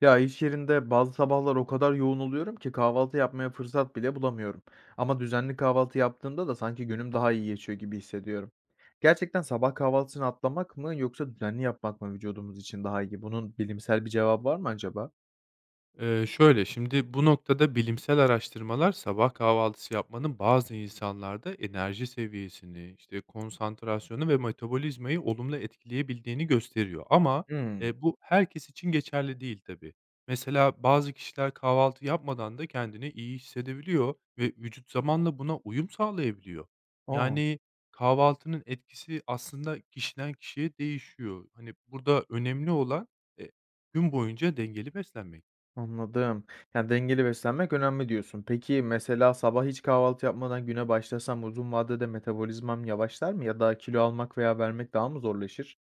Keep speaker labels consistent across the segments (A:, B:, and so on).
A: Ya iş yerinde bazı sabahlar o kadar yoğun oluyorum ki kahvaltı yapmaya fırsat bile bulamıyorum. Ama düzenli kahvaltı yaptığımda da sanki günüm daha iyi geçiyor gibi hissediyorum. Gerçekten sabah kahvaltısını atlamak mı yoksa düzenli yapmak mı vücudumuz için daha iyi? Bunun bilimsel bir cevabı var mı acaba?
B: Şimdi bu noktada bilimsel araştırmalar sabah kahvaltısı yapmanın bazı insanlarda enerji seviyesini, işte konsantrasyonu ve metabolizmayı olumlu etkileyebildiğini gösteriyor ama,
A: Hmm.
B: bu herkes için geçerli değil tabii. Mesela bazı kişiler kahvaltı yapmadan da kendini iyi hissedebiliyor ve vücut zamanla buna uyum sağlayabiliyor.
A: Oo,
B: Yani kahvaltının etkisi aslında kişiden kişiye değişiyor. Hani, burada önemli olan, eee, gün boyunca dengeli beslenmek.
A: anladım. Yani dengeli beslenmek önemli diyorsun. Peki mesela sabah hiç kahvaltı yapmadan güne başlasam uzun vadede metabolizmam yavaşlar mı ya da kilo almak veya vermek daha mı zorlaşır?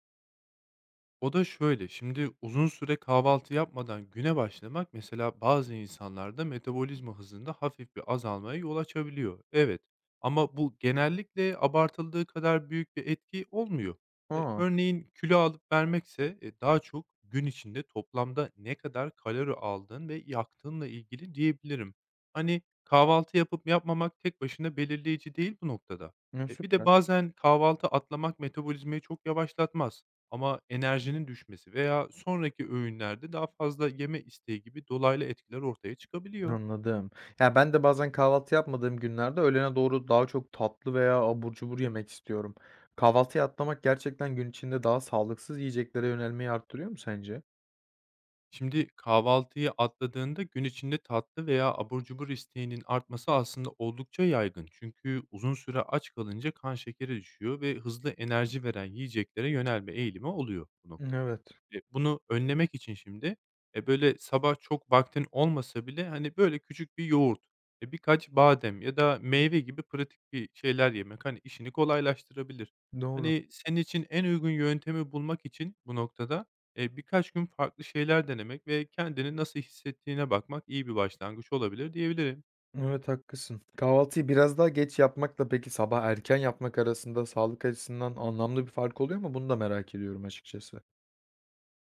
B: O da şöyle, şimdi uzun süre kahvaltı yapmadan güne başlamak mesela bazı insanlarda metabolizma hızında hafif bir azalmaya yol açabiliyor. Evet, ama bu genellikle abartıldığı kadar büyük bir etki olmuyor. E,
A: Aa,
B: örneğin kilo alıp vermekse daha çok gün içinde toplamda ne kadar kalori aldığın ve yaktığınla ilgili diyebilirim. Hani kahvaltı yapıp yapmamak tek başına belirleyici değil bu noktada.
A: ne
B: E, bir de
A: süper.
B: bazen kahvaltı atlamak metabolizmayı çok yavaşlatmaz. Ama enerjinin düşmesi veya sonraki öğünlerde daha fazla yeme isteği gibi dolaylı etkiler ortaya çıkabiliyor.
A: Anladım. Ya, ben de bazen kahvaltı yapmadığım günlerde öğlene doğru daha çok tatlı veya abur cubur yemek istiyorum. Kahvaltıyı atlamak gerçekten gün içinde daha sağlıksız yiyeceklere yönelmeyi arttırıyor mu sence?
B: Şimdi kahvaltıyı atladığında gün içinde tatlı veya abur cubur isteğinin artması aslında oldukça yaygın. Çünkü uzun süre aç kalınca kan şekeri düşüyor ve hızlı enerji veren yiyeceklere yönelme eğilimi oluyor bu noktada.
A: Evet,
B: E, bunu önlemek için şimdi böyle sabah çok vaktin olmasa bile hani böyle küçük bir yoğurt, birkaç badem ya da meyve gibi pratik bir şeyler yemek hani işini kolaylaştırabilir.
A: doğru.
B: Hani senin için en uygun yöntemi bulmak için bu noktada birkaç gün farklı şeyler denemek ve kendini nasıl hissettiğine bakmak iyi bir başlangıç olabilir diyebilirim.
A: Evet, haklısın. Kahvaltıyı biraz daha geç yapmakla peki sabah erken yapmak arasında sağlık açısından anlamlı bir fark oluyor mu? Bunu da merak ediyorum açıkçası.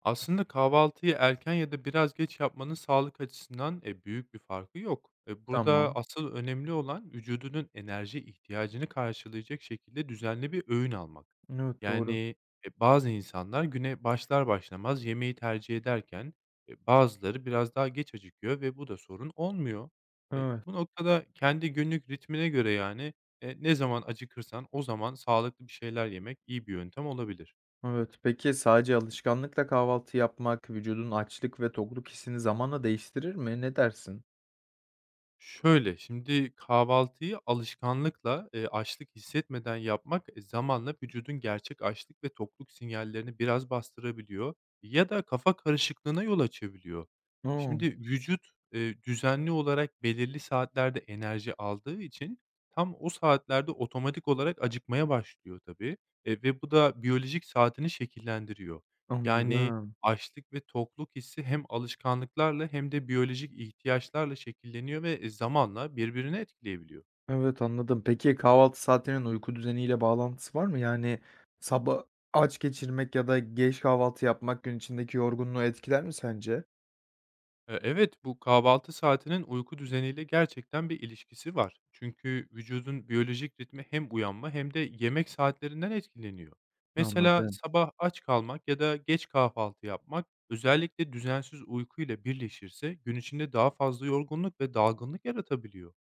B: Aslında kahvaltıyı erken ya da biraz geç yapmanın sağlık açısından, büyük bir farkı yok. Burada
A: Tamam.
B: asıl önemli olan vücudunun enerji ihtiyacını karşılayacak şekilde düzenli bir öğün almak.
A: Evet,
B: Yani,
A: doğru.
B: bazı insanlar güne başlar başlamaz yemeği tercih ederken, bazıları biraz daha geç acıkıyor ve bu da sorun olmuyor.
A: Evet,
B: Bu noktada kendi günlük ritmine göre yani, ne zaman acıkırsan o zaman sağlıklı bir şeyler yemek iyi bir yöntem olabilir.
A: evet. Peki sadece alışkanlıkla kahvaltı yapmak vücudun açlık ve tokluk hissini zamanla değiştirir mi? Ne dersin?
B: Şöyle, şimdi kahvaltıyı alışkanlıkla, açlık hissetmeden yapmak, zamanla vücudun gerçek açlık ve tokluk sinyallerini biraz bastırabiliyor ya da kafa karışıklığına yol açabiliyor.
A: A!
B: Şimdi vücut, düzenli olarak belirli saatlerde enerji aldığı için tam o saatlerde otomatik olarak acıkmaya başlıyor tabii, ve bu da biyolojik saatini şekillendiriyor. Yani,
A: Anladım.
B: açlık ve tokluk hissi hem alışkanlıklarla hem de biyolojik ihtiyaçlarla şekilleniyor ve, zamanla birbirini etkileyebiliyor.
A: Evet, anladım. Peki kahvaltı saatinin uyku düzeniyle bağlantısı var mı? Yani sabah aç geçirmek ya da geç kahvaltı yapmak gün içindeki yorgunluğu etkiler mi sence?
B: Evet, bu kahvaltı saatinin uyku düzeniyle gerçekten bir ilişkisi var. Çünkü vücudun biyolojik ritmi hem uyanma hem de yemek saatlerinden etkileniyor. Mesela
A: Anladım.
B: sabah aç kalmak ya da geç kahvaltı yapmak özellikle düzensiz uyku ile birleşirse gün içinde daha fazla yorgunluk ve dalgınlık yaratabiliyor.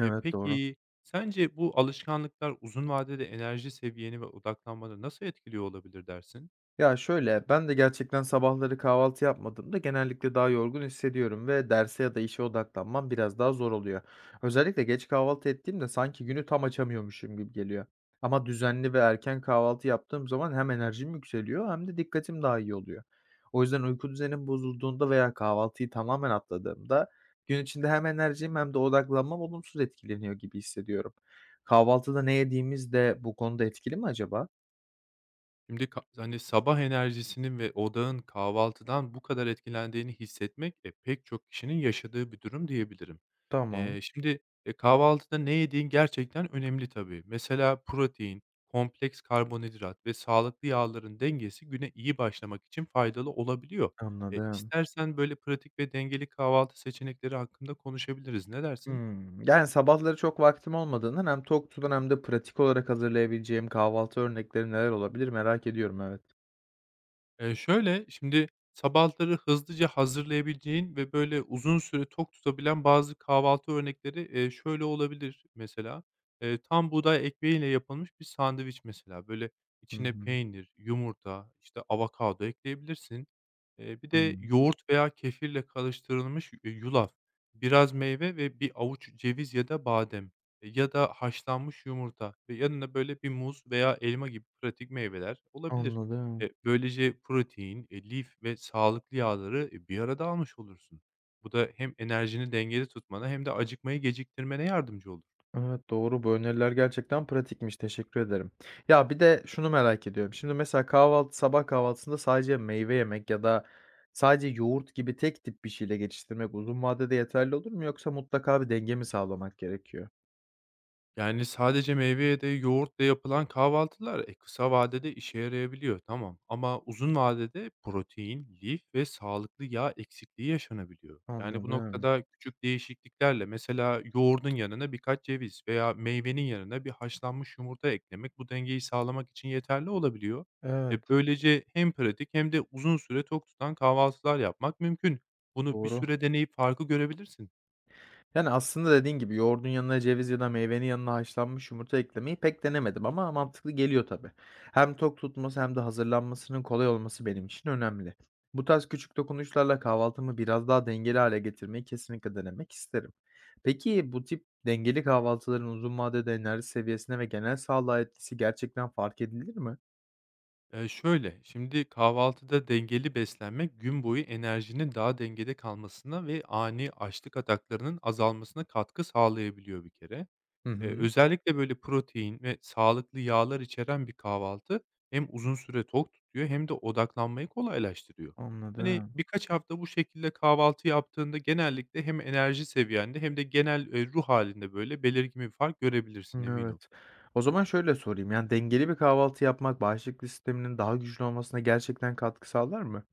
B: E,
A: doğru.
B: peki sence bu alışkanlıklar uzun vadede enerji seviyeni ve odaklanmanı nasıl etkiliyor olabilir dersin?
A: Ya şöyle, ben de gerçekten sabahları kahvaltı yapmadığımda genellikle daha yorgun hissediyorum ve derse ya da işe odaklanmam biraz daha zor oluyor. Özellikle geç kahvaltı ettiğimde sanki günü tam açamıyormuşum gibi geliyor. Ama düzenli ve erken kahvaltı yaptığım zaman hem enerjim yükseliyor hem de dikkatim daha iyi oluyor. O yüzden uyku düzenim bozulduğunda veya kahvaltıyı tamamen atladığımda gün içinde hem enerjim hem de odaklanmam olumsuz etkileniyor gibi hissediyorum. Kahvaltıda ne yediğimiz de bu konuda etkili mi acaba?
B: Şimdi hani, sabah enerjisinin ve odağın kahvaltıdan bu kadar etkilendiğini hissetmek, pek çok kişinin yaşadığı bir durum diyebilirim.
A: Tamam,
B: Eee, şimdi, Kahvaltıda ne yediğin gerçekten önemli tabii. Mesela protein, kompleks karbonhidrat ve sağlıklı yağların dengesi güne iyi başlamak için faydalı olabiliyor. E,
A: anladım.
B: istersen böyle pratik ve dengeli kahvaltı seçenekleri hakkında konuşabiliriz. Ne dersin?
A: Hımm. Yani, sabahları çok vaktim olmadığından hem tok tutan hem de pratik olarak hazırlayabileceğim kahvaltı örnekleri neler olabilir merak ediyorum, evet.
B: Şimdi sabahları hızlıca hazırlayabileceğin ve böyle uzun süre tok tutabilen bazı kahvaltı örnekleri, şöyle olabilir mesela: tam buğday ekmeğiyle yapılmış bir sandviç mesela. Böyle
A: Hı
B: içine
A: hı.
B: peynir, yumurta, işte, avokado ekleyebilirsin. Bir de
A: Hımm.
B: yoğurt veya kefirle karıştırılmış yulaf, biraz meyve ve bir avuç ceviz ya da badem, ya da haşlanmış yumurta ve yanına böyle bir muz veya elma gibi pratik meyveler olabilir.
A: Anladım.
B: E, böylece protein, lif ve sağlıklı yağları, bir arada almış olursun. Bu da hem enerjini dengede tutmana hem de acıkmayı geciktirmene yardımcı olur.
A: Evet, doğru. Bu öneriler gerçekten pratikmiş. Teşekkür ederim. Ya, bir de şunu merak ediyorum. Şimdi mesela kahvaltı sabah kahvaltısında sadece meyve yemek ya da sadece yoğurt gibi tek tip bir şeyle geçiştirmek uzun vadede yeterli olur mu yoksa mutlaka bir denge mi sağlamak gerekiyor?
B: Yani, sadece meyveye de yoğurtla yapılan kahvaltılar, kısa vadede işe yarayabiliyor, tamam. Ama uzun vadede protein, lif ve sağlıklı yağ eksikliği yaşanabiliyor. Yani, bu
A: Anladım.
B: noktada küçük değişikliklerle, mesela yoğurdun yanına birkaç ceviz veya meyvenin yanına bir haşlanmış yumurta eklemek bu dengeyi sağlamak için yeterli olabiliyor.
A: Evet,
B: E, böylece hem pratik hem de uzun süre tok tutan kahvaltılar yapmak mümkün. Bunu bir
A: doğru.
B: süre deneyip farkı görebilirsin.
A: Yani, aslında dediğin gibi yoğurdun yanına ceviz ya da meyvenin yanına haşlanmış yumurta eklemeyi pek denemedim ama mantıklı geliyor tabii. Hem tok tutması hem de hazırlanmasının kolay olması benim için önemli. Bu tarz küçük dokunuşlarla kahvaltımı biraz daha dengeli hale getirmeyi kesinlikle denemek isterim. Peki bu tip dengeli kahvaltıların uzun vadede enerji seviyesine ve genel sağlığa etkisi gerçekten fark edilir mi?
B: Şimdi kahvaltıda dengeli beslenmek gün boyu enerjinin daha dengede kalmasına ve ani açlık ataklarının azalmasına katkı sağlayabiliyor bir kere.
A: Hı hı,
B: Özellikle böyle protein ve sağlıklı yağlar içeren bir kahvaltı hem uzun süre tok tutuyor hem de odaklanmayı kolaylaştırıyor. Hani
A: anladım.
B: birkaç hafta bu şekilde kahvaltı yaptığında genellikle hem enerji seviyende hem de genel, ruh halinde böyle belirgin bir fark görebilirsin, emin ol.
A: Evet. O zaman şöyle sorayım, yani, dengeli bir kahvaltı yapmak bağışıklık sisteminin daha güçlü olmasına gerçekten katkı sağlar mı?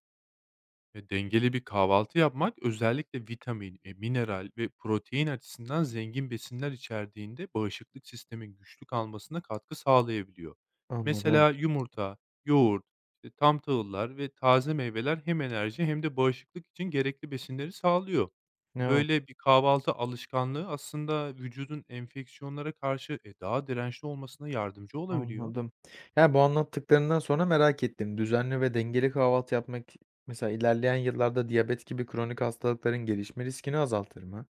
B: E, dengeli bir kahvaltı yapmak özellikle vitamin, mineral ve protein açısından zengin besinler içerdiğinde bağışıklık sistemin güçlü kalmasına katkı sağlayabiliyor.
A: Anladım.
B: Mesela yumurta, yoğurt, tam tahıllar ve taze meyveler hem enerji hem de bağışıklık için gerekli besinleri sağlıyor.
A: Evet,
B: Böyle bir kahvaltı alışkanlığı aslında vücudun enfeksiyonlara karşı daha dirençli olmasına yardımcı olabiliyor.
A: anladım. Yani bu anlattıklarından sonra merak ettim. Düzenli ve dengeli kahvaltı yapmak mesela ilerleyen yıllarda diyabet gibi kronik hastalıkların gelişme riskini azaltır mı?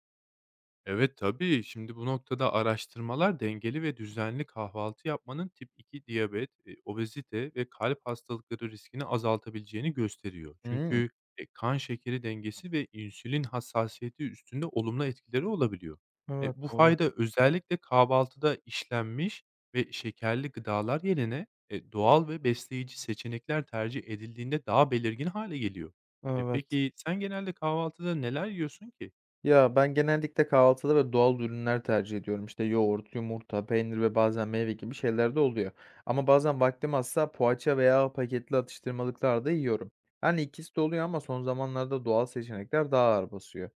B: Evet, tabii. Şimdi bu noktada araştırmalar dengeli ve düzenli kahvaltı yapmanın tip 2 diyabet, obezite ve kalp hastalıkları riskini azaltabileceğini gösteriyor.
A: Hımm.
B: Çünkü, kan şekeri dengesi ve insülin hassasiyeti üstünde olumlu etkileri olabiliyor. E,
A: Evet,
B: bu
A: doğru.
B: fayda özellikle kahvaltıda işlenmiş ve şekerli gıdalar yerine, doğal ve besleyici seçenekler tercih edildiğinde daha belirgin hale geliyor. E,
A: Evet.
B: peki sen genelde kahvaltıda neler yiyorsun ki?
A: Ya, ben genellikle kahvaltıda böyle doğal ürünler tercih ediyorum. İşte yoğurt, yumurta, peynir ve bazen meyve gibi şeyler de oluyor. Ama bazen vaktim azsa poğaça veya paketli atıştırmalıklar da yiyorum. Yani ikisi de oluyor ama son zamanlarda doğal seçenekler daha ağır basıyor.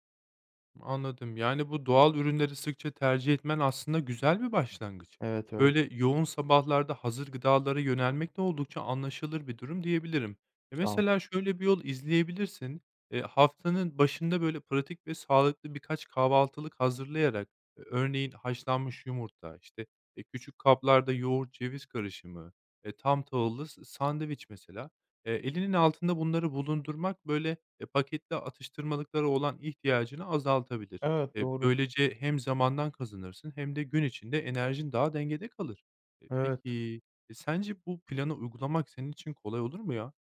B: Anladım. Yani, bu doğal ürünleri sıkça tercih etmen aslında güzel bir başlangıç.
A: Evet öyle.
B: Böyle yoğun sabahlarda hazır gıdalara yönelmek de oldukça anlaşılır bir durum diyebilirim. E,
A: Sağ ol.
B: mesela şöyle bir yol izleyebilirsin. Haftanın başında, böyle, pratik ve sağlıklı birkaç kahvaltılık hazırlayarak, örneğin haşlanmış yumurta, işte, küçük kaplarda yoğurt ceviz karışımı, tam tahıllı sandviç mesela, elinin altında bunları bulundurmak, böyle, paketli atıştırmalıklara olan ihtiyacını azaltabilir.
A: Evet,
B: E,
A: doğru.
B: böylece hem zamandan kazanırsın hem de gün içinde enerjin daha dengede kalır. E,
A: Evet.
B: peki, sence bu planı uygulamak senin için kolay olur mu ya?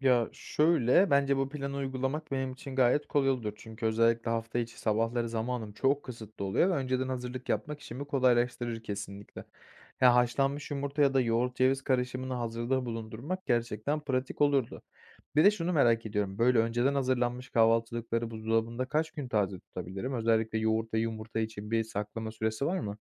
A: Ya, şöyle, bence bu planı uygulamak benim için gayet kolay olur. Çünkü özellikle hafta içi sabahları zamanım çok kısıtlı oluyor ve önceden hazırlık yapmak işimi kolaylaştırır kesinlikle. Ya, haşlanmış yumurta ya da yoğurt ceviz karışımını hazırda bulundurmak gerçekten pratik olurdu. Bir de şunu merak ediyorum, böyle önceden hazırlanmış kahvaltılıkları buzdolabında kaç gün taze tutabilirim? Özellikle yoğurt ve yumurta için bir saklama süresi var mı?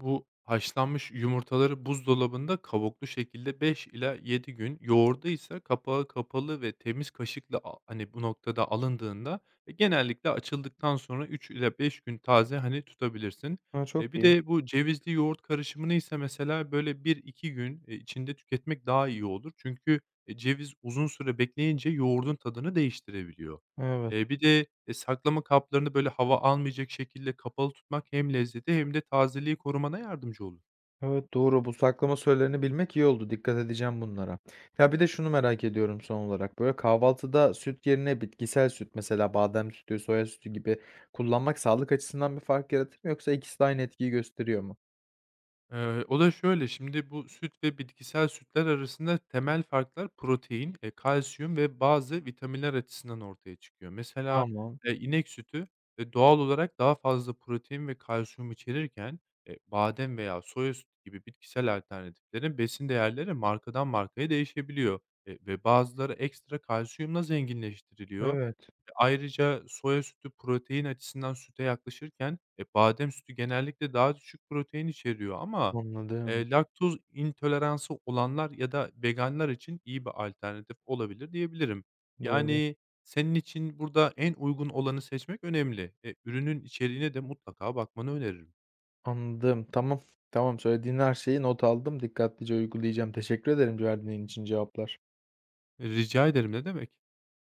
B: Bu haşlanmış yumurtaları buzdolabında kabuklu şekilde 5 ila 7 gün, yoğurdu ise kapağı kapalı ve temiz kaşıkla hani, bu noktada alındığında genellikle açıldıktan sonra 3 ila 5 gün taze, hani, tutabilirsin.
A: Ha,
B: E,
A: çok
B: bir
A: iyi.
B: de bu cevizli yoğurt karışımını ise mesela böyle bir iki gün, içinde tüketmek daha iyi olur. Çünkü, ceviz uzun süre bekleyince yoğurdun tadını değiştirebiliyor.
A: Evet.
B: Saklama kaplarını, böyle, hava almayacak şekilde kapalı tutmak hem lezzeti hem de tazeliği korumana yardımcı olur.
A: Evet, doğru. Bu saklama sürelerini bilmek iyi oldu. Dikkat edeceğim bunlara. Ya bir de şunu merak ediyorum son olarak. Böyle kahvaltıda süt yerine bitkisel süt mesela badem sütü, soya sütü gibi kullanmak sağlık açısından bir fark yaratır mı yoksa ikisi de aynı etkiyi gösteriyor mu?
B: O da şöyle, şimdi bu süt ve bitkisel sütler arasında temel farklar protein, kalsiyum ve bazı vitaminler açısından ortaya çıkıyor. Mesela,
A: Tamam.
B: inek sütü, doğal olarak daha fazla protein ve kalsiyum içerirken, badem veya soya sütü gibi bitkisel alternatiflerin besin değerleri markadan markaya değişebiliyor, ve bazıları ekstra kalsiyumla zenginleştiriliyor.
A: Evet.
B: E, ayrıca soya sütü protein açısından süte yaklaşırken, badem sütü genellikle daha düşük protein içeriyor ama,
A: Anladım.
B: laktoz intoleransı olanlar ya da veganlar için iyi bir alternatif olabilir diyebilirim.
A: Doğru.
B: Yani, senin için burada en uygun olanı seçmek önemli. E, ürünün içeriğine de mutlaka bakmanı öneririm.
A: Anladım. Tamam. Tamam. Söylediğin her şeyi not aldım. Dikkatlice uygulayacağım. Teşekkür ederim verdiğin için cevaplar.
B: E, rica ederim, ne demek.